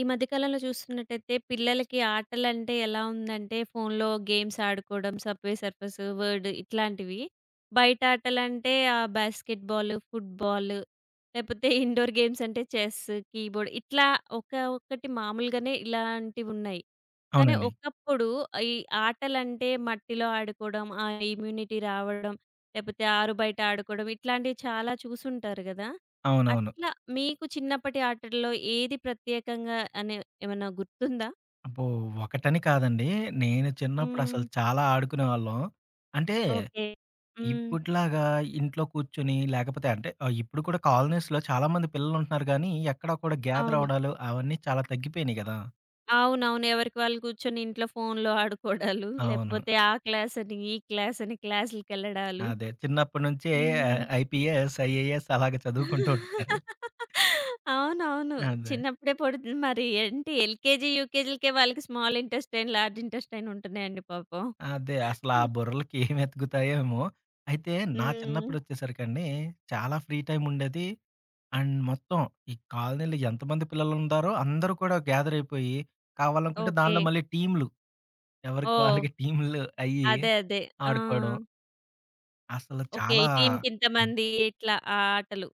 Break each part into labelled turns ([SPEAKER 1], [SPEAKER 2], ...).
[SPEAKER 1] ఈ మధ్య కాలంలో చూస్తున్నట్టయితే పిల్లలకి ఆటలంటే ఎలా ఉందంటే ఫోన్‌లో గేమ్స్ ఆడుకోవడం, సబ్‌వే సర్ఫర్స్, వర్డ్ ఇట్లాంటివి. బయట ఆటలంటే ఆ బాస్కెట్ బాల్, ఫుట్‌బాల్ లేకపోతే ఇండోర్ గేమ్స్ అంటే చెస్, కీబోర్డ్ ఇట్లా ఒక ఒక్కటి మామూలుగానే ఇలాంటివున్నాయి. కానీ
[SPEAKER 2] అవునండి.
[SPEAKER 1] ఒకప్పుడు ఈ ఆటలంటే మట్టిలో ఆడుకోవడం, ఆ ఇమ్యూనిటీ రావడం, లేకపోతే ఆరుబయట ఆడుకోవడం ఇట్లాంటివి చాలా చూసుంటారు గదా!
[SPEAKER 2] అవునవును.
[SPEAKER 1] అట్లా మీకు చిన్నప్పటి ఆటల్లో ఏది ప్రత్యేకంగా అనే ఏమన్నా గుర్తుందా?
[SPEAKER 2] అబ్బో! ఒకటని కాదండి. నేను చిన్నప్పుడసలు
[SPEAKER 1] హ్మ్.
[SPEAKER 2] చాలా ఆడుకునేవాళ్ళం. అంటే
[SPEAKER 1] ఓకే. హ్మ్.
[SPEAKER 2] ఇప్పటిలాగా ఇంట్లో కూర్చొని లేకపోతే అంటే ఇప్పుడు కూడా కాలనీస్‌లో చాలామంది పిల్లలుంటున్నారు గానీ, ఎక్కడ కూడా గ్యాదర్
[SPEAKER 1] అవును.
[SPEAKER 2] అవ్వడాలు అవన్నీ చాలా తగ్గిపోయినియి గదా!
[SPEAKER 1] అవునవును. ఎవరికి వాళ్ళు కూర్చొని ఇంట్లో ఫోన్‌లో ఆడుకోవడాలు,
[SPEAKER 2] అవును.
[SPEAKER 1] లేకపోతే ఆ క్లాసని, ఈ క్లాసని క్లాసులకెళ్ళడాలు.
[SPEAKER 2] అదే. చిన్నప్పటి నుంచే
[SPEAKER 1] హ్మ్.
[SPEAKER 2] ఐపీఎస్, ఐఏఎస్ అలాగే చదువుకుంటూ ఉంటున్నారు.
[SPEAKER 1] అవునవును.
[SPEAKER 2] అదే.
[SPEAKER 1] చిన్నప్పుడే పడుతుంది మరి ఏంటి ఎల్‌కేజీ, యూకేజీలకే వాళ్ళకి స్మాల్ ఇంటెస్టైన్, లార్జ్ ఇంటెస్టైన్ ఉంటున్నాయండి పాపం.
[SPEAKER 2] అదే. అసలు ఆ
[SPEAKER 1] హ్మ్.
[SPEAKER 2] బుర్రలకి ఏం ఎతుకుతాయో ఏమో! అయితే నా
[SPEAKER 1] హ్మ్.
[SPEAKER 2] చిన్నప్పుడొచ్చేసరికండి చాలా ఫ్రీ టైమ్ ఉండేది. అండ్ మొత్తం ఈ కాలనీలో ఎంతమంది పిల్లలుండారో అందరూ కూడా గ్యాదర్ అయిపోయి, కావాలనుకుంటే
[SPEAKER 1] ఓకే.
[SPEAKER 2] దానిలో మళ్ళీ టీమ్‌లు. ఎవరికి
[SPEAKER 1] ఓహ్!
[SPEAKER 2] వాళ్ళకి టీమ్‌లు అయ్యి
[SPEAKER 1] అదే. అదే. ఆ!
[SPEAKER 2] ఆడుకోవడం. అసలు
[SPEAKER 1] ఓకే.
[SPEAKER 2] చాలా
[SPEAKER 1] ఈ
[SPEAKER 2] హ్మ్.
[SPEAKER 1] టీమ్‌కింతమంది ఇట్లా ఆ ఆటలు.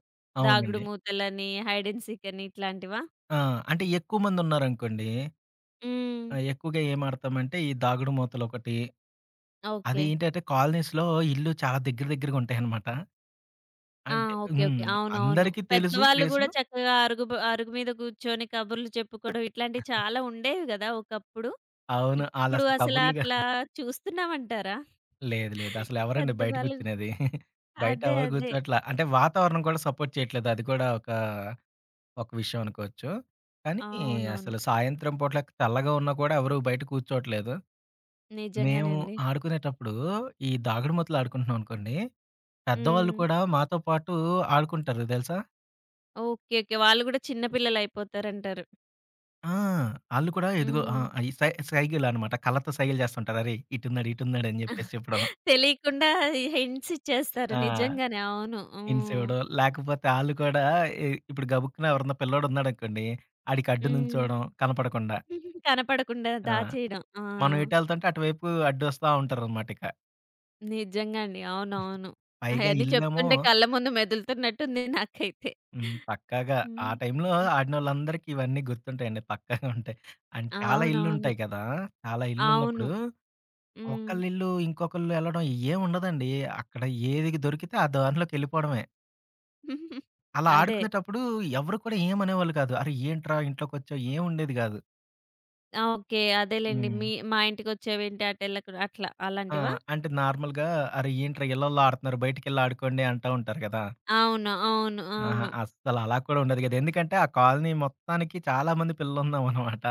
[SPEAKER 1] దాగుడు
[SPEAKER 2] అవునండి.
[SPEAKER 1] మూతలని, హైడ్ అండ్ సీక్ అని ఇట్లాంటివా?
[SPEAKER 2] ఆ! అంటే ఎక్కువ మందున్నారనుకోండి,
[SPEAKER 1] హ్మ్.
[SPEAKER 2] ఎక్కువగా ఏం ఆడతామంటే ఈ దాగుడు మూతలొకటి. అది
[SPEAKER 1] ఓకే.
[SPEAKER 2] ఏంటంటే కాలనీస్‌లో ఇల్లు చాలా దగ్గర దగ్గరగా ఉంటాయనమాట.
[SPEAKER 1] ఆ!
[SPEAKER 2] అంటే
[SPEAKER 1] ఓకే. ఓకే.
[SPEAKER 2] హ్మ్.
[SPEAKER 1] అవునవును.
[SPEAKER 2] అందరికీ తెలుసు
[SPEAKER 1] పెద్దవాళ్ళు గూడా
[SPEAKER 2] ప్లేసులు.
[SPEAKER 1] చక్కగా అరుగు మీద కూర్చొని కబుర్లు చెప్పుకోవడం ఇట్లాంటివి చాలా ఉండేవి గదా! ఒకప్పుడు.
[SPEAKER 2] అవును.
[SPEAKER 1] ఇప్పుడు
[SPEAKER 2] ఆళ్ళసలు
[SPEAKER 1] అసల
[SPEAKER 2] కబుర్లుగా
[SPEAKER 1] అట్లా చూస్తున్నామంటారా?
[SPEAKER 2] లేదు. లేదు. అసలెవరండి బయట
[SPEAKER 1] పెద్దవాళ్ళు
[SPEAKER 2] గూర్చునేది. బయట
[SPEAKER 1] అదే.
[SPEAKER 2] ఎవరు
[SPEAKER 1] అదే.
[SPEAKER 2] గూర్చోట్లా. అంటే వాతావరణం కూడా సపోర్ట్ చేయట్లేదు. అది కూడా ఒక, ఒక విషయం అనుకోవచ్చు. కానీ
[SPEAKER 1] అవునవును.
[SPEAKER 2] అసలు సాయంత్రం పూట్ల చల్లగా ఉన్నా కూడా ఎవరు బయట కూర్చోట్లేదు.
[SPEAKER 1] నిజంగానే
[SPEAKER 2] మేము
[SPEAKER 1] అండి.
[SPEAKER 2] ఆడుకునేటప్పుడు ఈ దాగుడుమూతలు ఆడుకుంటున్నాం అనుకోండి, పెద్దవాళ్ళు
[SPEAKER 1] హ్మ్.
[SPEAKER 2] కూడా మాతో పాటు ఆడుకుంటారు తెలుసా?
[SPEAKER 1] ఓకే. ఓకే. వాళ్ళు గూడా చిన్న పిల్లలయిపోతారంటారు.
[SPEAKER 2] ఆ! ఆళ్ళు కూడా ఇదిగో ఆ!
[SPEAKER 1] హ్మ్.
[SPEAKER 2] అయి సై సైగలనమాట. కళ్ళతో సైగలు చేస్తుంటారు. అరేయ్! ఇటున్నాడు, ఇటున్నాడు అని జెప్పేసి చెప్పడం.
[SPEAKER 1] తెలియకుండా హింట్స్ ఇచ్చేస్తారు.
[SPEAKER 2] ఆ!
[SPEAKER 1] నిజంగానే. అవును.
[SPEAKER 2] హింట్స్
[SPEAKER 1] హ్మ్.
[SPEAKER 2] ఇవ్వడం. లేకపోతే ఆళ్ళు కూడా ఇప్పుడు గబుక్కున ఎవరన్నా పిల్లోడున్నాడనుకోండి, ఆడికి అడ్డు
[SPEAKER 1] హ్మ్.
[SPEAKER 2] నుంచోవడం కనపడకుండా.
[SPEAKER 1] కనపడకుండా
[SPEAKER 2] ఆ!
[SPEAKER 1] దాచేయడం. ఆ!
[SPEAKER 2] మనం ఎటెళ్తుంటే అటువైపు అడ్డొస్తా ఉంటారనమాటిక.
[SPEAKER 1] నిజంగా అండి. అవునవును.
[SPEAKER 2] పైగా
[SPEAKER 1] అయన్నీ
[SPEAKER 2] ఇల్లేమో
[SPEAKER 1] చెప్తుంటే కళ్ళ ముందు మెదులుతున్నట్టుంది నాకైతే.
[SPEAKER 2] హ్మ్. పక్కాగా ఆ
[SPEAKER 1] హ్మ్.
[SPEAKER 2] టైంలో
[SPEAKER 1] హ్మ్.
[SPEAKER 2] ఆడినోళ్ళందరికీ ఇవన్నీ గుర్తుంటాయండి. పక్కాగా ఉంటాయి. అండ్ చాలా
[SPEAKER 1] అవునవును.
[SPEAKER 2] ఇళ్ళుంటాయి కదా! చాలా
[SPEAKER 1] అవును.
[SPEAKER 2] ఇళ్ళున్నప్పుడు
[SPEAKER 1] హ్మ్.
[SPEAKER 2] ఒకళ్ళిల్లు ఇంకొకళ్ళు ఎళ్ళడం ఏముండదండి. అక్కడ ఏది దొరికితే ఆ దారిలోకెళ్ళిపోవడమే. అలా
[SPEAKER 1] అదే.
[SPEAKER 2] ఆడుకునేటప్పుడు ఎవరు కూడా ఏమనేవాళ్ళు కాదు. అరె! ఏంట్రా ఇంట్లోకొచ్చావు ఏముండేది కాదు.
[SPEAKER 1] ఆ! ఓకే. అదేలెండి.
[SPEAKER 2] హ్మ్.
[SPEAKER 1] మా ఇంటికొచ్చేవేంటి అటెళ్ళకు అట్లా
[SPEAKER 2] ఆ!
[SPEAKER 1] అలాంటివా?
[SPEAKER 2] అంటే నార్మల్‌గా అరే! ఏంట్రా ఇళ్ళల్లో ఆడుతున్నారు బయటికెళ్ళి ఆడుకోండి అంటా ఉంటారు కదా!
[SPEAKER 1] అవును. అవును.
[SPEAKER 2] ఆహా!
[SPEAKER 1] అవును.
[SPEAKER 2] అస్సలు అలా కూడా ఉండదు కదా! ఎందుకంటే ఆ కాలనీ మొత్తానికి చాలా మంది పిల్లలున్నామనమాట.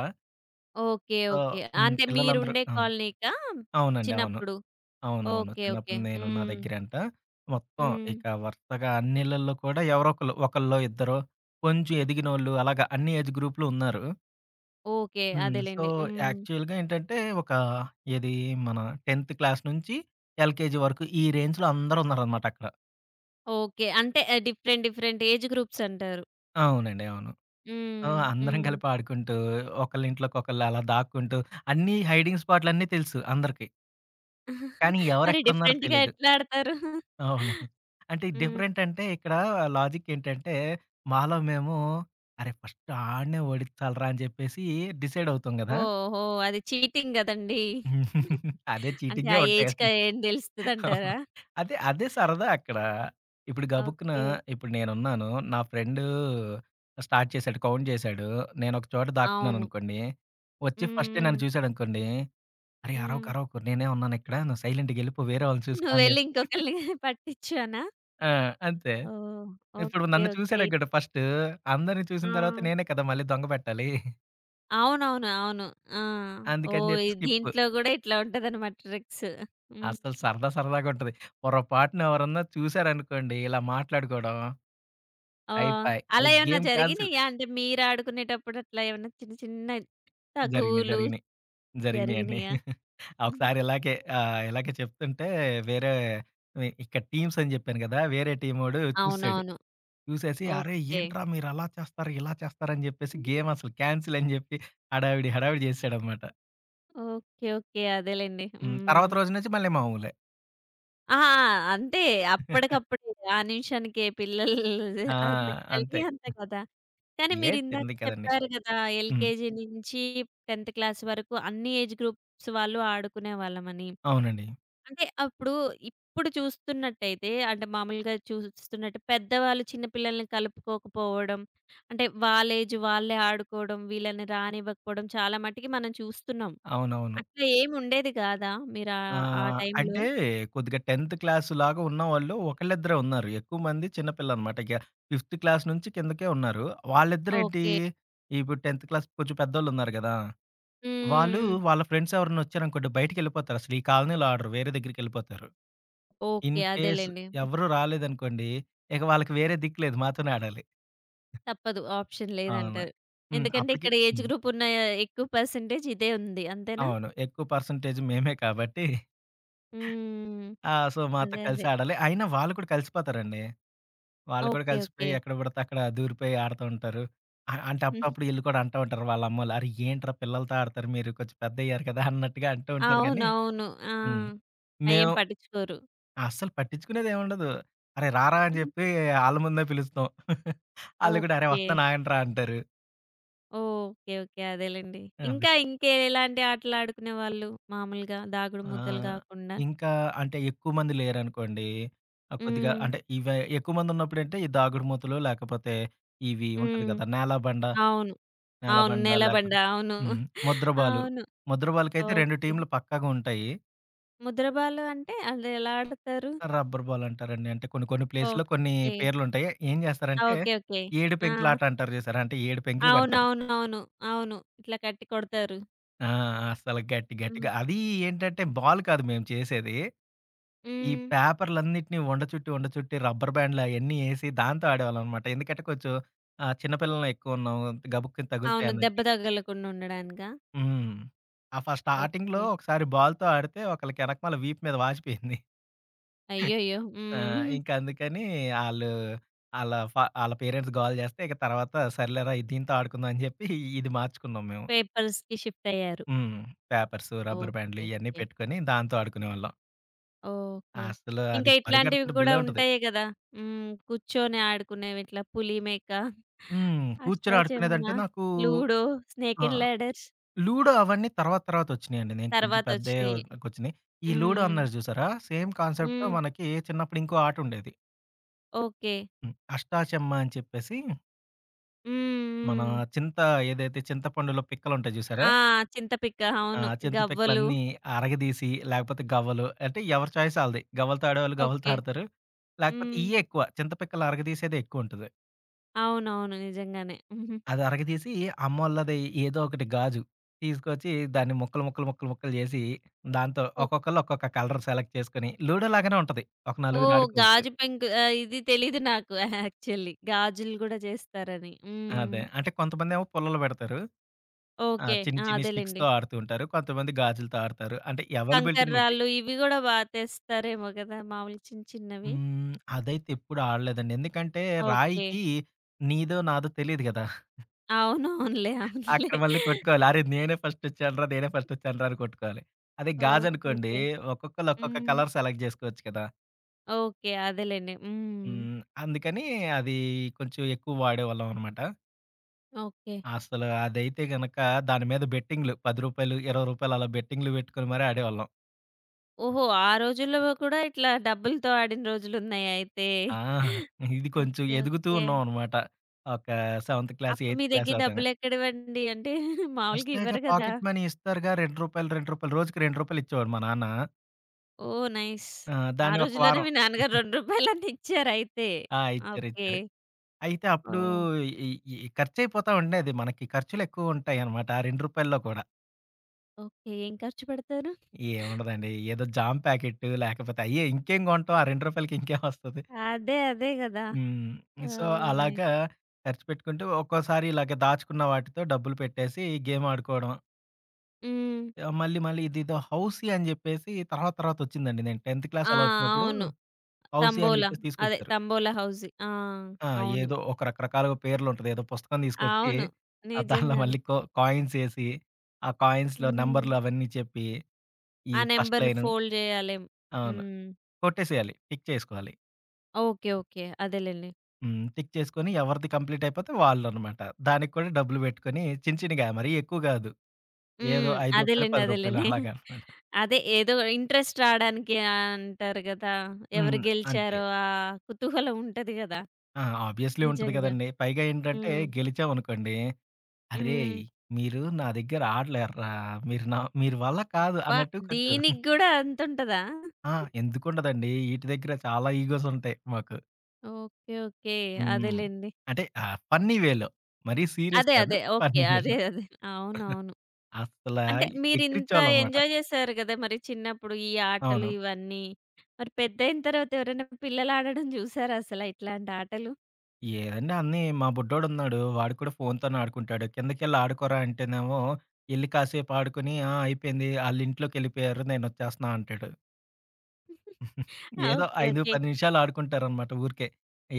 [SPEAKER 1] ఓకే.
[SPEAKER 2] So,
[SPEAKER 1] okay.
[SPEAKER 2] హ్మ్.
[SPEAKER 1] అంటే
[SPEAKER 2] పిల్లలందరూ
[SPEAKER 1] మీరుండే
[SPEAKER 2] ఆ!
[SPEAKER 1] కాలనీకా
[SPEAKER 2] అవునండి. అవును.
[SPEAKER 1] చిన్నప్పుడు?
[SPEAKER 2] అవునవును.
[SPEAKER 1] ఓకే. ఓకే.
[SPEAKER 2] చిన్నప్పుడు నేనున్న
[SPEAKER 1] హ్మ్.
[SPEAKER 2] దగ్గరంట మొత్తం
[SPEAKER 1] హ్మ్.
[SPEAKER 2] ఇక వరుసగా అన్ని ఇళ్ళల్లో కూడా ఎవరో ఒకళ్ళు, ఒకళ్ళో ఇద్దరో కొంచెం ఎదిగినోళ్ళు అలాగా అన్ని ఏజ్ గ్రూప్‌లు ఉన్నారు.
[SPEAKER 1] ఓకే.
[SPEAKER 2] హ్మ్. సో,
[SPEAKER 1] అదేలెండి. హ్మ్.
[SPEAKER 2] యాక్చువల్‌గా ఏంటంటే ఒక ఏది మన 10th క్లాస్ నుంచి ఎల్‌కేజీ వరకు ఈ రేంజ్‌లో అందరూ ఉన్నారనమాట అక్కడ.
[SPEAKER 1] ఓకే. అంటే డిఫరెంట్ డిఫరెంట్ ఏజ్ గ్రూప్స్ అంటారు.
[SPEAKER 2] అవునండి. అవును. సో,
[SPEAKER 1] హ్మ్.
[SPEAKER 2] అందరం
[SPEAKER 1] హ్మ్.
[SPEAKER 2] కలిపి ఆడుకుంటూ, ఒకళ్ళింట్లోకి ఒకళ్ళు అలా దాక్కుంటూ, అన్నీ హైడింగ్ స్పాట్‌లన్నీ తెలుసు అందరికి. కానీ
[SPEAKER 1] మరి
[SPEAKER 2] ఎవరెక్కడున్నారో
[SPEAKER 1] డిఫరెంట్‌గా
[SPEAKER 2] తెలీదు.
[SPEAKER 1] ఎట్లా ఆడతారు?
[SPEAKER 2] అవును. అంటే
[SPEAKER 1] హ్మ్.
[SPEAKER 2] డిఫరెంట్ అంటే ఇక్కడ లాజిక్ ఏంటంటే, మాలో మేము అరే! ఫస్ట్ ఆడినే ఓడించాలిరా అని చెప్పేసి డిసైడ్ అవుతాం గదా!
[SPEAKER 1] ఓహో! అది చీటింగ్ గదండీ!
[SPEAKER 2] అదే
[SPEAKER 1] అంటే
[SPEAKER 2] చీటింగే
[SPEAKER 1] ఆ ఏజ్‌కి
[SPEAKER 2] ఉంటాయండి.
[SPEAKER 1] ఏం
[SPEAKER 2] అవును.
[SPEAKER 1] తెలుస్తదంటారా?
[SPEAKER 2] అదే, అదే సరదా అక్కడ. ఇప్పుడు గబుక్కున
[SPEAKER 1] ఓకే.
[SPEAKER 2] ఇప్పుడు నేనున్నాను. నా ఫ్రెండు స్టార్ట్ చేశాడు, కౌంట్ చేశాడు. నేనొక చోట
[SPEAKER 1] అవును.
[SPEAKER 2] దాక్కున్నాననుకోండి, వచ్చి
[SPEAKER 1] హ్మ్.
[SPEAKER 2] ఫస్టే
[SPEAKER 1] హ్మ్.
[SPEAKER 2] నన్ను చూసాడనుకోండి, "అరేయ్!
[SPEAKER 1] హ్మ్.
[SPEAKER 2] అరవకు, అరవకు నేనే ఉన్నానిక్కడ. నువ్వు సైలెంట్‌గెళ్ళిపో. వేరే వాళ్ళని చూసుకో" అని
[SPEAKER 1] నువ్వెళ్లి
[SPEAKER 2] చెప్
[SPEAKER 1] ఇంకొకళ్ళని పట్టించు అనా?
[SPEAKER 2] ఆ! అంతే.
[SPEAKER 1] ఓహ్!
[SPEAKER 2] ఇప్పుడు
[SPEAKER 1] ఓకే.
[SPEAKER 2] నన్ను
[SPEAKER 1] ఓకే.
[SPEAKER 2] చూసాడనుకోండి ఫస్టు, అందరిని చూసిన
[SPEAKER 1] ఆ!
[SPEAKER 2] తర్వాత నేనే కదా మళ్ళీ దొంగ పెట్టాలి.
[SPEAKER 1] అవునవును. అవును. ఆ!
[SPEAKER 2] అందుకని
[SPEAKER 1] ఓహ్!
[SPEAKER 2] చెప్పి
[SPEAKER 1] ఇ
[SPEAKER 2] స్కిప్పు.
[SPEAKER 1] దీంట్లో గూడా ఇట్లా ఉంటదనమాట ట్రిక్స్. హ్మ్.
[SPEAKER 2] అసలు సరదా సరదాగుంటది. పొరపాటున ఎవరన్నా చూసారనుకోండి ఇలా మాట్లాడుకోవడం,
[SPEAKER 1] ఓహ్!
[SPEAKER 2] అయిపాయి. అరే!
[SPEAKER 1] అలా ఏమన్నా
[SPEAKER 2] గేమ్ క్యాన్సిల్.
[SPEAKER 1] జరిగినియ్యా? అంటే మీరాడుకునేటప్పుడు అట్లా ఏమన్నా చిన్న చిన్న
[SPEAKER 2] జరిగినియి.
[SPEAKER 1] తగువులు
[SPEAKER 2] జరిగినియి. జరిగినియండి.
[SPEAKER 1] జరిగినియ్యా? హ్మ్.
[SPEAKER 2] ఒకసారి ఇలాగే ఇలాగే చెప్తుంటే వేరే ఇక్కడ టీమ్స్ అని జెప్పాను గదా! వేరే టీమోడు చూసాడు.
[SPEAKER 1] అవునవును.
[SPEAKER 2] చూసేసి "అరేయ్!
[SPEAKER 1] ఓకే.
[SPEAKER 2] ఏంట్రా మీరలా చేస్తారు, ఇలా చేస్తారు" అని జెప్పేసి గేమ్ అసలు క్యాన్సిల్ అని జెప్పి హడావిడి, హడావిడి జేసాడనమాట.
[SPEAKER 1] ఓకే. ఓకే. అదేలెండి.
[SPEAKER 2] హ్మ్.
[SPEAKER 1] హ్మ్.
[SPEAKER 2] తర్వాత రోజు నుంచి మళ్ళీ మామూలే.
[SPEAKER 1] ఆ! అంతే. అప్పటికప్పుడే ఆ నిమిషానికే పిల్లలు
[SPEAKER 2] ఆ!
[SPEAKER 1] అది మెంటాలిటీ
[SPEAKER 2] అంతే.
[SPEAKER 1] అంతే కదా! కానీ
[SPEAKER 2] ఏం
[SPEAKER 1] మీరిందాక
[SPEAKER 2] చిన్నది కదండీ.
[SPEAKER 1] చెప్పారు గదా!
[SPEAKER 2] హ్మ్.
[SPEAKER 1] ఎల్‌కేజీ నుంచి 10థ్ క్లాస్ వరకు అన్ని ఏజ్ గ్రూప్స్ వాళ్ళు ఆడుకునేవాళ్ళమని.
[SPEAKER 2] అవునండి.
[SPEAKER 1] అంటే అప్పుడు ఇప్పుడు చూస్తున్నట్టయితే అంటే మామూలుగా చూస్తున్నట్టు పెద్దవాళ్ళు చిన్న పిల్లల్ని కలుపుకోకపోవడం, అంటే వాళ్ళ ఏజ్ వాళ్ళే ఆడుకోవడం, వీళ్ళని రానివ్వకపోవడం చాలా మటికి మనం చూస్తున్నాం.
[SPEAKER 2] అవునవును.
[SPEAKER 1] అట్లా ఏముండేది కాదా? మీరు ఆ
[SPEAKER 2] ఆ!
[SPEAKER 1] ఆ టైంలో?
[SPEAKER 2] అంటే కొద్దిగా 10థ్ క్లాస్‌లాగా ఉన్నవాళ్ళు ఒకళ్ళిద్దరే ఉన్నారు. ఎక్కువ మంది చిన్న పిల్లలనమాట. ఇక ఫిఫ్త్ క్లాస్ నుంచి కిందకే ఉన్నారు. వాళ్ళిద్దరేంటి
[SPEAKER 1] ఓకే.
[SPEAKER 2] ఇప్పుడు 10th క్లాస్ కొంచెం పెద్దోళ్ళున్నారు గదా! వాళ్ళు
[SPEAKER 1] హ్మ్.
[SPEAKER 2] వాళ్ళ ఫ్రెండ్స్ ఎవరైనా వచ్చారనుకోండి బయటికెళ్ళిపోతారు. అసలు ఈ కాలనీలో ఆడరు. వేరే దగ్గరికెళ్ళిపోతారు. In
[SPEAKER 1] okay.
[SPEAKER 2] కేస్
[SPEAKER 1] అదేలెండి. హ్మ్.
[SPEAKER 2] ఎవరు రాలేదనుకోండి, ఇక వాళ్ళకి వేరే దిక్కు లేదు. మాతోనే ఆడాలి.
[SPEAKER 1] తప్పదు. ఆప్షన్
[SPEAKER 2] అవును.
[SPEAKER 1] లేదంటారు.
[SPEAKER 2] హ్మ్.
[SPEAKER 1] ఎందుకంటే
[SPEAKER 2] అప్పటికి
[SPEAKER 1] ఇక్కడ ఏజ్
[SPEAKER 2] హ్మ్.
[SPEAKER 1] గ్రూప్ ఉన్న ఎక్కువ పర్సెంటేజ్ ఇదే ఉంది. అంతేనా?
[SPEAKER 2] అవును. ఎక్కువ పర్సెంటేజ్ మేమే కాబట్టి
[SPEAKER 1] హ్మ్.
[SPEAKER 2] ఆ! సో, మాతో
[SPEAKER 1] అదే.
[SPEAKER 2] కలిసి
[SPEAKER 1] అదే.
[SPEAKER 2] ఆడాలి. అయినా వాళ్ళు కూడా కలిసిపోతారండి. వాళ్ళు కూడా
[SPEAKER 1] ఓకే. ఓకే.
[SPEAKER 2] కలిసిపోయి ఎక్కడ పడితే అక్కడ దూరిపోయి ఆడుతూ ఉంటారు. అంటే
[SPEAKER 1] హుహు.
[SPEAKER 2] అప్పుడప్పుడు ఈళ్ళు కూడా అంటా ఉంటారు వాళ్ళ అమ్మోళ్ళు. "అరె! ఏంట్రా పిల్లలతో ఆడతారు మీరు కొంచెం పెద్దయ్యారు కదా!" అన్నట్టుగా అంటూ ఉంటారు కానీ
[SPEAKER 1] అవునవును. ఆ!
[SPEAKER 2] హ్మ్.
[SPEAKER 1] అయేం
[SPEAKER 2] మేము
[SPEAKER 1] పట్టించుకోరు.
[SPEAKER 2] అస్సలు పట్టించుకునేదేముండదు. "అరె! రారా" అని
[SPEAKER 1] హుహు.
[SPEAKER 2] చెప్పి ఆళ్ళ ముందే పిలుస్తాం. ఆళ్ళు కూడా "అరె!
[SPEAKER 1] ఓకే.
[SPEAKER 2] వస్తున్నాను ఆగండ్రా" అంటారు.
[SPEAKER 1] ఓకే. ఓకే. అదేలెండి.
[SPEAKER 2] అది.
[SPEAKER 1] ఇంకా ఇంకెలాంటి ఆటలాడుకునేవాళ్ళు మామూలుగా దాగుడు మూతలు
[SPEAKER 2] ఆహ్,
[SPEAKER 1] కాకుండా?
[SPEAKER 2] ఇంకా అంటే ఎక్కువ మంది లేరనుకోండి, కొద్దిగా
[SPEAKER 1] హ్మ్.
[SPEAKER 2] అంటే ఇవే ఎక్కువ మందున్నప్పుడంటే ఈ దాగుడుమూతలు లేకపోతే ఇవి ఉంటది
[SPEAKER 1] హ్మ్.
[SPEAKER 2] కదా! నేల బండ
[SPEAKER 1] అవును. అవును.
[SPEAKER 2] నేలబండ
[SPEAKER 1] నేలబండ.
[SPEAKER 2] లేకపోతే
[SPEAKER 1] అవును.
[SPEAKER 2] హ్మ్. ముద్ర బాలు.
[SPEAKER 1] అవును.
[SPEAKER 2] ముద్ర బాల్‌కైతే 2
[SPEAKER 1] ఓకే.
[SPEAKER 2] టీమ్‌లు పక్కాగా ఉంటాయి.
[SPEAKER 1] ముద్రబాలు అంటే అదెలా ఆడతారు?
[SPEAKER 2] రబ్బర్ బాల్ అంటారండి. అంటే కొన్ని కొన్ని ప్లేస్‌లో కొన్ని
[SPEAKER 1] ఓకే.
[SPEAKER 2] పేర్లుంటాయి. ఏం
[SPEAKER 1] ఆ!
[SPEAKER 2] చేస్తారంటే,
[SPEAKER 1] ఓకే. ఓకే.
[SPEAKER 2] ఏడు
[SPEAKER 1] ఆ!
[SPEAKER 2] పెంకులాట అంటారు చూసారా? అంటే 7 పెంకులు పెడతారు.
[SPEAKER 1] అవునవునవును. అవును. ఇట్లా కట్టి కొడతారు.
[SPEAKER 2] ఆ! అసలు గట్టి
[SPEAKER 1] హ్మ్.
[SPEAKER 2] గట్టిగా అది ఏంటంటే బాల్ కాదు మేము చేసేది. ఈ
[SPEAKER 1] హ్మ్.
[SPEAKER 2] పేపర్‌లన్నిటిని ఉండ చుట్టి, ఉండ చుట్టి రబ్బర్ బ్యాండ్‌లు అయన్నీ ఏసి దాంతో ఆడేవాళ్ళం అనమాట. ఎందుకంటే కొంచెం చిన్న పిల్లలం ఎక్కువున్నాం. గబుక్కున తగులుతాయి
[SPEAKER 1] అవును. దెబ్బ
[SPEAKER 2] అన్నట్టు.
[SPEAKER 1] తగలకుండా ఉండడానికా?
[SPEAKER 2] హ్మ్. ఆ ఫస్ట్ స్టార్టింగ్‌లో
[SPEAKER 1] ఓకే.
[SPEAKER 2] ఒకసారి బాల్‌తో ఆడితే ఒకళ్ళకి ఎనకమాల వీపు మీద వాచిపోయింది.
[SPEAKER 1] అయ్యయ్యో!
[SPEAKER 2] ఆ!
[SPEAKER 1] హ్మ్.
[SPEAKER 2] ఇంక అందుకని ఆళ్ళు ఆళ్ళ పేరెంట్స్ గోల చేస్తే, ఇక తర్వాత సర్లేరా ఇది దీంతో ఆడుకుందాం అని చెప్పి ఇది మార్చుకున్నాం మేము.
[SPEAKER 1] పేపర్స్‌కి షిఫ్ట్ అయ్యారు.
[SPEAKER 2] హ్మ్. పేపర్సు, రబ్బర్ బ్యాండ్‌లు
[SPEAKER 1] ఓకే.
[SPEAKER 2] ఇయన్నీ
[SPEAKER 1] ఓకే.
[SPEAKER 2] పెట్టుకొని దాంతో ఆడుకునేవాళ్ళం.
[SPEAKER 1] ఓకే.
[SPEAKER 2] అసలు అది
[SPEAKER 1] ఇంకా ఇట్లాంటివి
[SPEAKER 2] పరిగెడుతుంటే
[SPEAKER 1] గూడా
[SPEAKER 2] భలే ఉంటది.
[SPEAKER 1] ఉంటాయి గదా! హ్మ్. కూర్చొని ఆడుకునేవి ఇట్లా పులి, మేక,
[SPEAKER 2] హ్మ్. కూర్చొని
[SPEAKER 1] అష్టాచెమ్మ,
[SPEAKER 2] ఆడుకునేదంటే నాకు
[SPEAKER 1] లూడో, స్నేక్
[SPEAKER 2] ఆ!
[SPEAKER 1] అండ్ ల్యాడర్స్
[SPEAKER 2] లూడో అవన్నీ తర్వాత తర్వాత వచ్చినియండి. నేను కొంచెం
[SPEAKER 1] తర్వాతొచ్చినియి.
[SPEAKER 2] పెద్దయ్యాకొచ్చినియి. ఈ లూడో
[SPEAKER 1] హ్మ్.
[SPEAKER 2] అన్నారు చూసారా? సేమ్ కాన్సెప్ట్‌తో
[SPEAKER 1] హ్మ్.
[SPEAKER 2] మనకి చిన్నప్పుడు ఇంకో ఆటుండేది.
[SPEAKER 1] ఓకే.
[SPEAKER 2] హ్మ్. అష్టాచెమ్మా అని చెప్పేసి మన
[SPEAKER 1] హ్మ్. హ్మ్.
[SPEAKER 2] చింత ఏదైతే చింతపండులో పిక్కలుంటాయి చూసారా?
[SPEAKER 1] ఆ! చింతపిక్క.
[SPEAKER 2] ఆ!
[SPEAKER 1] అవును. గవ్వలు.
[SPEAKER 2] చింతపిక్కలన్నీ అరగదీసి, లేకపోతే గవ్వలు అంటే ఎవరి చాయిస్ ఆళ్ళది. గవ్వలు తాడేవాళ్ళు గవ్వలు
[SPEAKER 1] ఓకే.
[SPEAKER 2] తాడతారు. లేకపోతే
[SPEAKER 1] హ్మ్.
[SPEAKER 2] ఇయ్యే ఎక్కువ. చింతపిక్కలు అరగదీసేదే ఎక్కువుంటది.
[SPEAKER 1] అవునవును. నిజంగానే. హుహు.
[SPEAKER 2] అది అరగదీసి అమ్మోళ్ళది ఏదో ఒకటి గాజు తీసుకొచ్చి దాన్ని ముక్కలు, ముక్కలు, ముక్కలు, ముక్కలు జేసి దాంతో
[SPEAKER 1] ఓహ్!
[SPEAKER 2] ఒక్కొక్కళ్ళు ఒక్కొక్క కలర్ సెలెక్ట్ చేసుకొని లూడో లాగానే ఉంటది. ఒక నలుగురు
[SPEAKER 1] ఓహ్!
[SPEAKER 2] ఆడుకోవచ్చు.
[SPEAKER 1] గాజు పెంకు ఇది తెలీదు నాకు యాక్చువల్లీ. గాజులు గూడా చేస్తారని.
[SPEAKER 2] అదే.
[SPEAKER 1] హ్మ్.
[SPEAKER 2] అంటే కొంతమందేమో పుల్లలు పెడతారు. ఆ!
[SPEAKER 1] ఓకే.
[SPEAKER 2] చిన్ని,
[SPEAKER 1] ఆ!
[SPEAKER 2] చిన్ని
[SPEAKER 1] అదేలెండి.
[SPEAKER 2] స్టిక్స్‌తో ఆడుతూ ఉంటారు. కొంతమంది గాజులతో ఆడతారు. అంటే
[SPEAKER 1] కంకర
[SPEAKER 2] అవైలబిలిటీని బట్టి.
[SPEAKER 1] రాళ్ళు ఇవి గూడా బా తెస్తారేమో గదా! మామూలు చిన్న చిన్నవి.
[SPEAKER 2] హ్మ్. అదైతే ఎప్పుడు ఆడలేదండి. ఎందుకంటే
[SPEAKER 1] ఓకే.
[SPEAKER 2] రాయికి నీదో, నాదో తెలీదు గదా!
[SPEAKER 1] అవునవునులే. అవునులే.
[SPEAKER 2] అక్కడ మళ్ళీ కొట్టుకోవాలి. అరే! నేనే ఫస్టొచ్చానురా! నేనే ఫస్టొచ్చానురా! అని కొట్టుకోవాలి. అదే
[SPEAKER 1] ఓకే.
[SPEAKER 2] గాజనుకోండి
[SPEAKER 1] ఓకే.
[SPEAKER 2] ఒక్కొక్కళ్ళు ఒక్కొక్క
[SPEAKER 1] హ్మ్.
[SPEAKER 2] కలర్ సెలెక్ట్ జేసుకోవచ్చు కదా!
[SPEAKER 1] ఓకే. అదేలెండి. హ్మ్.
[SPEAKER 2] హ్మ్. అందుకని అది కొంచెం ఎక్కువ వాడేవాళ్ళం అనమాట.
[SPEAKER 1] ఓకే.
[SPEAKER 2] అసలు అదైతే గనక దాని మీద బెట్టింగ్‌లు రూ. 10, రూ. 20 అలా బెట్టింగ్‌లు బెట్టుకొని మరీ ఆడేవాళ్ళం.
[SPEAKER 1] ఓహో! ఆ రోజుల్లో కూడా ఇట్లా డబ్బులతో ఆడిన రోజులున్నాయి అయితే.
[SPEAKER 2] ఆ! ఇది కొంచెం
[SPEAKER 1] ఓకే.
[SPEAKER 2] ఎదుగుతూ
[SPEAKER 1] ఓకే.
[SPEAKER 2] ఉన్నాం అనమాట. ఒక సెవెంత్ క్లాస్,
[SPEAKER 1] అప్పుడు
[SPEAKER 2] ఎయిత్
[SPEAKER 1] మీ
[SPEAKER 2] క్లాస్
[SPEAKER 1] దగ్గర
[SPEAKER 2] ఆ టైం.
[SPEAKER 1] డబ్బులెక్కడివండి? అంటే మామూలుగా
[SPEAKER 2] వస్తాయిగా
[SPEAKER 1] ఇవ్వరు గదా!
[SPEAKER 2] పాకెట్ మనీ ఇస్తారుగా. రూ. 2, రూ. 2 రోజుకి రూ. 2 ఇచ్చేవాడు మా నాన్న.
[SPEAKER 1] ఓహ్! నైస్.
[SPEAKER 2] ఆ!
[SPEAKER 1] ఆ
[SPEAKER 2] దాన్ని ఒక
[SPEAKER 1] రోజుల్లోనే
[SPEAKER 2] వారం
[SPEAKER 1] మీ నాన్నగారు రూ. 2 ఇచ్చారయితే.
[SPEAKER 2] ఆ! ఇచ్చారు,
[SPEAKER 1] ఓకే.
[SPEAKER 2] ఇచ్చారు. అయితే అప్పుడు
[SPEAKER 1] ఓహ్!
[SPEAKER 2] ఈ ఈ ఖర్చయిపోతా ఉండేది. మనకి ఖర్చులెక్కువుంటాయనమాట. ఆ రూ. 2లో కూడా.
[SPEAKER 1] ఓకే. ఏం ఖర్చు పెడతారు?
[SPEAKER 2] ఏముండదండి. ఏదో జామ్ ప్యాకెట్ లేకపోతే అయ్యే ఇంకేం కొంటాం. ఆ రూ. 2కి ఇంకేం వస్తది.
[SPEAKER 1] అదే. అదే గదా!
[SPEAKER 2] హ్మ్. So,
[SPEAKER 1] oh! నైస్.
[SPEAKER 2] అలాగా ఖర్చు పెట్టుకుంటూ ఒక్కోసారి ఇలాగ దాచుకున్న వాటితో డబ్బులు పెట్టేసి గేమ్ ఆడుకోవడం.
[SPEAKER 1] హ్మ్.
[SPEAKER 2] ఆ, మళ్ళీ మళ్ళీ ఇదేదో హౌసీ అని జెప్పేసి తర్వాత తర్వాతొచ్చిందండి. నేను 10th క్లాస్
[SPEAKER 1] ఆ!
[SPEAKER 2] అలా వచ్చినప్పుడు
[SPEAKER 1] అవును.
[SPEAKER 2] కౌసి అని
[SPEAKER 1] తంబోలా.
[SPEAKER 2] జెప్పేసి
[SPEAKER 1] అదే
[SPEAKER 2] తీసుకొచ్చారు.
[SPEAKER 1] తంబోలా హౌసీ. ఆ!
[SPEAKER 2] ఆ!
[SPEAKER 1] అవును.
[SPEAKER 2] ఏదో ఒక రకరకాలుగా పేర్లుంటది. ఏదో పుస్తకం తీసుకొచ్చి
[SPEAKER 1] అవును.
[SPEAKER 2] ఆ! దానిలో
[SPEAKER 1] నిజంగానే.
[SPEAKER 2] మళ్ళీ కాయిన్సేసి, ఆ కాయిన్స్‌లో
[SPEAKER 1] హ్మ్.
[SPEAKER 2] నంబర్‌లు అవన్నీ చెప్పి, ఈ
[SPEAKER 1] ఆ
[SPEAKER 2] ఫస్ట్
[SPEAKER 1] నంబర్‌లు
[SPEAKER 2] లైను
[SPEAKER 1] ఫోల్డ్ జేయాలేమో.
[SPEAKER 2] అవును.
[SPEAKER 1] హ్మ్.
[SPEAKER 2] కొట్టేసేయాలి. టిక్ చేసుకోవాలి.
[SPEAKER 1] ఓకే. ఓకే. అదేలెండి.
[SPEAKER 2] హ్మ్. టిక్ చేసుకొని ఎవరిది కంప్లీట్ అయిపోతే వాళ్ళనమాట. దానికి కూడా డబ్బులు బెట్టుకొని చిన్న చిన్నగా మరీ ఎక్కువ గాదు. ఏదో
[SPEAKER 1] హ్మ్.
[SPEAKER 2] రూ. 5,
[SPEAKER 1] అదేలెండి.
[SPEAKER 2] రూ. 10
[SPEAKER 1] అదేలెండి.
[SPEAKER 2] అలాగనమాట.
[SPEAKER 1] అదే ఏదో ఇంట్రెస్ట్ రాడానికి అంటారు గదా! ఎవరు
[SPEAKER 2] హ్మ్. అంతే.
[SPEAKER 1] గెలిచారో ఆ కుతూహలం ఉంటది గదా!
[SPEAKER 2] ఆ! ఆబ్వియస్లీ ఉంటది
[SPEAKER 1] నిజంగా.
[SPEAKER 2] గదండీ. పైగా ఏంటంటే
[SPEAKER 1] హ్మ్.
[SPEAKER 2] గెలిచామనుకోండి అరేయ్!
[SPEAKER 1] హ్మ్.
[SPEAKER 2] మీరు నా దగ్గర ఆడలేర్రా! మీరు నా మీరు వల్ల కాదు
[SPEAKER 1] అబ్బా!
[SPEAKER 2] అన్నట్టు కొంచెం
[SPEAKER 1] దీనికి గూడా అంతుంటదా?
[SPEAKER 2] ఆ! ఎందుకుండదండి. ఈటి దగ్గర చాలా ఈగోస్ ఉంటాయి మాకు.
[SPEAKER 1] ఓకే. ఓకే.
[SPEAKER 2] హ్మ్.
[SPEAKER 1] అదేలెండి.
[SPEAKER 2] అంటే ఫన్నీ వేలో. మరీ సీరియస్
[SPEAKER 1] అదే.
[SPEAKER 2] కాదు.
[SPEAKER 1] అదే. ఓకే.
[SPEAKER 2] ఫన్నీ
[SPEAKER 1] అదే.
[SPEAKER 2] వేలో.
[SPEAKER 1] అదే. అవునవును.
[SPEAKER 2] అసల
[SPEAKER 1] అంటే మీరింత
[SPEAKER 2] ఎక్కిరిచ్చేవాళ్ళనమాట.
[SPEAKER 1] ఎంజాయ్ జేశారు గదా! మరి చిన్నప్పుడు ఈ ఆటలు
[SPEAKER 2] అవును.
[SPEAKER 1] ఇవన్నీ. మరి పెద్దయిన తర్వాత ఎవరైనా పిల్లలు ఆడడం జూసారా అసలా ఇట్లాంటి ఆటలు?
[SPEAKER 2] ఏదండి అన్నీ మా బుడ్డోడున్నాడు. వాడు కూడా ఫోనుతోనే ఆడుకుంటాడు. కిందకెళ్ళి ఆడుకోరా అంటేనేమో, ఎళ్లి కాసేపు ఆడుకొని, ఆ! అయిపోయింది. ఆళ్ళింట్లోకెళ్ళిపోయారు నేనొచ్చేస్తున్నా అంటాడు. ఏదో
[SPEAKER 1] ఓకే.
[SPEAKER 2] 5,
[SPEAKER 1] ఓకే.
[SPEAKER 2] 10 నిమిషాలు ఆడుకుంటారనమాట ఊరికే.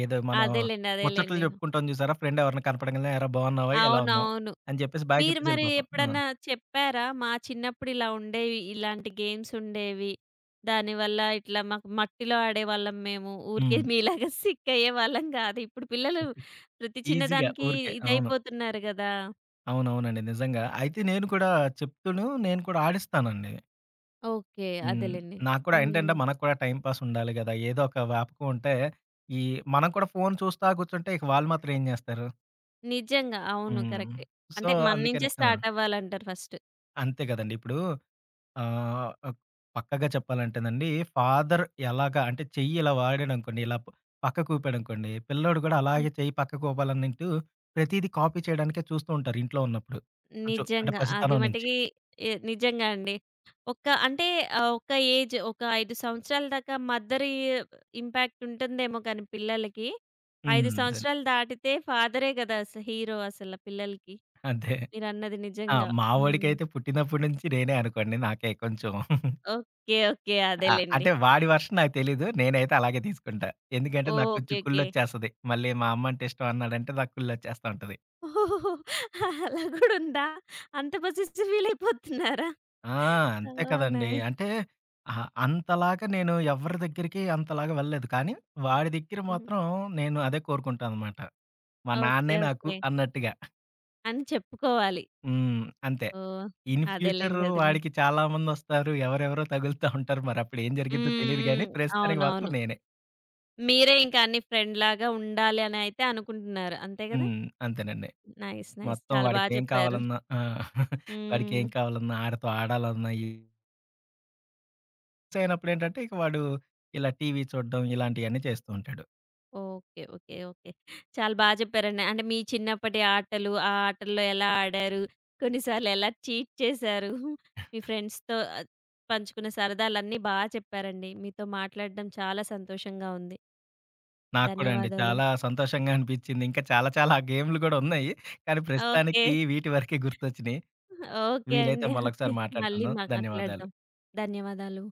[SPEAKER 2] ఏదో మనం
[SPEAKER 1] అదేలెండి.
[SPEAKER 2] ముచ్చట్లు
[SPEAKER 1] అదేలెండి.
[SPEAKER 2] చెప్పుకుంటాం చూసారా? ఫ్రెండ్ ఎవరైనా కనపడంగానే "ఏరా బాగున్నావా? ఎలా ఉన్నావు?"
[SPEAKER 1] అవునవును.
[SPEAKER 2] అని చెప్పేసి బాయ్
[SPEAKER 1] మీరు
[SPEAKER 2] చెప్పేసి
[SPEAKER 1] మరి
[SPEAKER 2] ఎళ్ళిపోతాం. ఆ!
[SPEAKER 1] ఎప్పుడన్నా చెప్పారా? మా చిన్నప్పుడు ఇలా ఉండేవి. ఇలాంటి గేమ్స్ ఉండేవి. దానివల్ల ఇట్లా మాకు మట్టిలో ఆడేవాళ్ళం మేము. ఊరికే
[SPEAKER 2] హ్మ్.
[SPEAKER 1] మీలాగా సిక్ అయ్యేవాళ్ళం గాదు. ఇప్పుడు పిల్లలు ప్రతి
[SPEAKER 2] ఈజీగా
[SPEAKER 1] చిన్నదానికి
[SPEAKER 2] ఊరికే. అవును.
[SPEAKER 1] ఇదైపోతున్నారు గదా!
[SPEAKER 2] అవునవునండి. నిజంగా. అయితే నేను కూడా చెప్తూను నేను కూడా ఆడిస్తానండి.
[SPEAKER 1] ఓకే.
[SPEAKER 2] హ్మ్.
[SPEAKER 1] అదేలెండి.
[SPEAKER 2] నాకు కూడా ఏంటంటే
[SPEAKER 1] హ్మ్.
[SPEAKER 2] మనకు కూడా టైమ్ పాస్ ఉండాలి గదా! ఏదో ఒక వ్యాపకం ఉంటే ఈ మనం కూడా ఫోన్ చూస్తా కూర్చుంటే ఇక వాళ్ళు మాత్రం ఏం జేస్తారు?
[SPEAKER 1] నిజంగా. అవును.
[SPEAKER 2] హ్మ్.
[SPEAKER 1] కరెక్టే.
[SPEAKER 2] సో,
[SPEAKER 1] అంటే మన
[SPEAKER 2] అందుకని.
[SPEAKER 1] నుంచే
[SPEAKER 2] ఆ!
[SPEAKER 1] స్టార్ట్ అవ్వాలంటారు ఫస్ట్.
[SPEAKER 2] అంతే గదండీ! ఇప్పుడు ఆహ్, అక్ పక్కాగా చెప్పాలంటేనండి, ఫాదర్ ఎలాగా అంటే చెయ్యి ఇలా వాడాడనుకోండి, ఇలా ప్ పక్కకు ఊపాడనుకోండి, పిల్లోడు గూడా
[SPEAKER 1] హ్మ్.
[SPEAKER 2] అలాగే చెయ్యి పక్కకు ఊపాలనంటూ ప్రతీది కాపీ చేయడానికే చూస్తూ ఉంటారు ఇంట్లో ఉన్నప్పుడు. కొంచెం అంటే
[SPEAKER 1] నిజంగా. అది
[SPEAKER 2] పసితనం నుంచి.
[SPEAKER 1] మటికి నిజంగా అండి. ఒక అంటే ఒక ఏజ్ ఒక 5 సంవత్సరాల దాకా మదర్ ఇంపాక్ట్ ఉంటుందేమో కానీ పిల్లలకి.
[SPEAKER 2] హ్మ్.
[SPEAKER 1] 5
[SPEAKER 2] అదేండి.
[SPEAKER 1] సంవత్సరాలు దాటితే ఫాదరే గదా! అసలు హీరో అసల పిల్లలకి.
[SPEAKER 2] అదే.
[SPEAKER 1] మీరన్నది
[SPEAKER 2] ఆ!
[SPEAKER 1] నిజంగా.
[SPEAKER 2] మా
[SPEAKER 1] హ్మ్.
[SPEAKER 2] వోడికైతే పుట్టినప్పటి నుంచి నేనే అనుకోండి. నాకే కొంచెం
[SPEAKER 1] ఓకే. ఓకే.
[SPEAKER 2] ఆ!
[SPEAKER 1] అదేలెండి.
[SPEAKER 2] అంటే వాడి వెర్షన్ నాకు తెలీదు. నేనైతే అలాగే తీసుకుంటా. ఎందుకంటే నాకు కొంచెం
[SPEAKER 1] ఓకే. ఓకే.
[SPEAKER 2] కుళ్ళొచ్చేస్తది. మళ్ళీ మా అమ్మ అంటే ఇష్టం అన్నాడంటే నాకు కుళ్ళొచ్చేస్తా ఉంటది.
[SPEAKER 1] ఓహోహోహో! అలా కూడా ఉందా? అంత పొసెసివ్ ఫీల్ అయిపోతున్నారా?
[SPEAKER 2] ఆ! అంతే
[SPEAKER 1] ఓహ్!
[SPEAKER 2] కదండీ.
[SPEAKER 1] నైస్.
[SPEAKER 2] అంటే అహా! అంతలాగా నేను ఎవరి దగ్గరికి అంతలాగా వెళ్ళలేదు. కానీ వాడి దగ్గర
[SPEAKER 1] హుహు.
[SPEAKER 2] మాత్రం నేను అదే కోరుకుంటాననమాట. మా
[SPEAKER 1] ఓకే.
[SPEAKER 2] నాన్నే నాకు
[SPEAKER 1] ఓకే.
[SPEAKER 2] అన్నట్టుగా.
[SPEAKER 1] అని చెప్పుకోవాలి.
[SPEAKER 2] హ్మ్. అంతే.
[SPEAKER 1] ఓహ్!
[SPEAKER 2] ఇన్ ఫ్యూచర్
[SPEAKER 1] అదేలెండి. అదేలెండి.
[SPEAKER 2] వాడికి చాలా మందొస్తారు. ఎవరెవరో తగులుతా ఉంటారు. మరప్పుడు ఏం జరిగిద్దో
[SPEAKER 1] హ్మ్.
[SPEAKER 2] తెలీదు గానీ
[SPEAKER 1] హ్మ్.
[SPEAKER 2] ప్రస్తుతానికి మాత్రం
[SPEAKER 1] అవునవును.
[SPEAKER 2] నేనే.
[SPEAKER 1] మీరే ఇంకా అన్ని ఫ్రెండ్‌లాగా ఉండాలి అని అయితే అనుకుంటున్నారు. అంతే కదా!
[SPEAKER 2] హ్మ్. అంతేనండి.
[SPEAKER 1] నైస్. నైస్.
[SPEAKER 2] మొత్తం
[SPEAKER 1] చాలా బా
[SPEAKER 2] వాడికేం
[SPEAKER 1] చెప్పారు.
[SPEAKER 2] కావాలన్నా ఆ!
[SPEAKER 1] హ్మ్.
[SPEAKER 2] వాడికేం కావాలన్నా ఆడితో ఆడాలన్నా, ఈ అయినప్పుడేంటంటే ఇక వాడు ఇలా టీవీ చూడడం ఇలాంటియన్నీ చేస్తూ ఉంటాడు.
[SPEAKER 1] ఓకే. ఓకే. ఓకే. చాలా బా చెప్పారండి. అంటే మీ చిన్నప్పటి ఆటలు, ఆ ఆటల్లో ఎలా ఆడారు, కొన్నిసార్లు ఎలా చీట్ చేశారు, మీ ఫ్రెండ్స్‌తో పంచుకున్న సరదాలన్నీ బా చెప్పారండి. మీతో మాట్లాడడం చాలా సంతోషంగా ఉంది.
[SPEAKER 2] నాకు కూడా అండి.
[SPEAKER 1] ధన్యవాదాలు.
[SPEAKER 2] చాలా సంతోషంగా అనిపించింది. ఇంకా చాలా చాలా గేమ్‌లు గూడా ఉన్నాయి. కానీ
[SPEAKER 1] ఓకే.
[SPEAKER 2] ప్రస్తుతానికి వీటి వరకే గుర్తొచ్చినియి.
[SPEAKER 1] ఓకే
[SPEAKER 2] వీలైతే
[SPEAKER 1] అండి. ఓకే.
[SPEAKER 2] మళ్ళొకసారి
[SPEAKER 1] మళ్ళీ
[SPEAKER 2] మాట్లాడుకుందాం. ధన్యవాదాలు.
[SPEAKER 1] మాట్లాడదాం. ధన్యవాదాలు.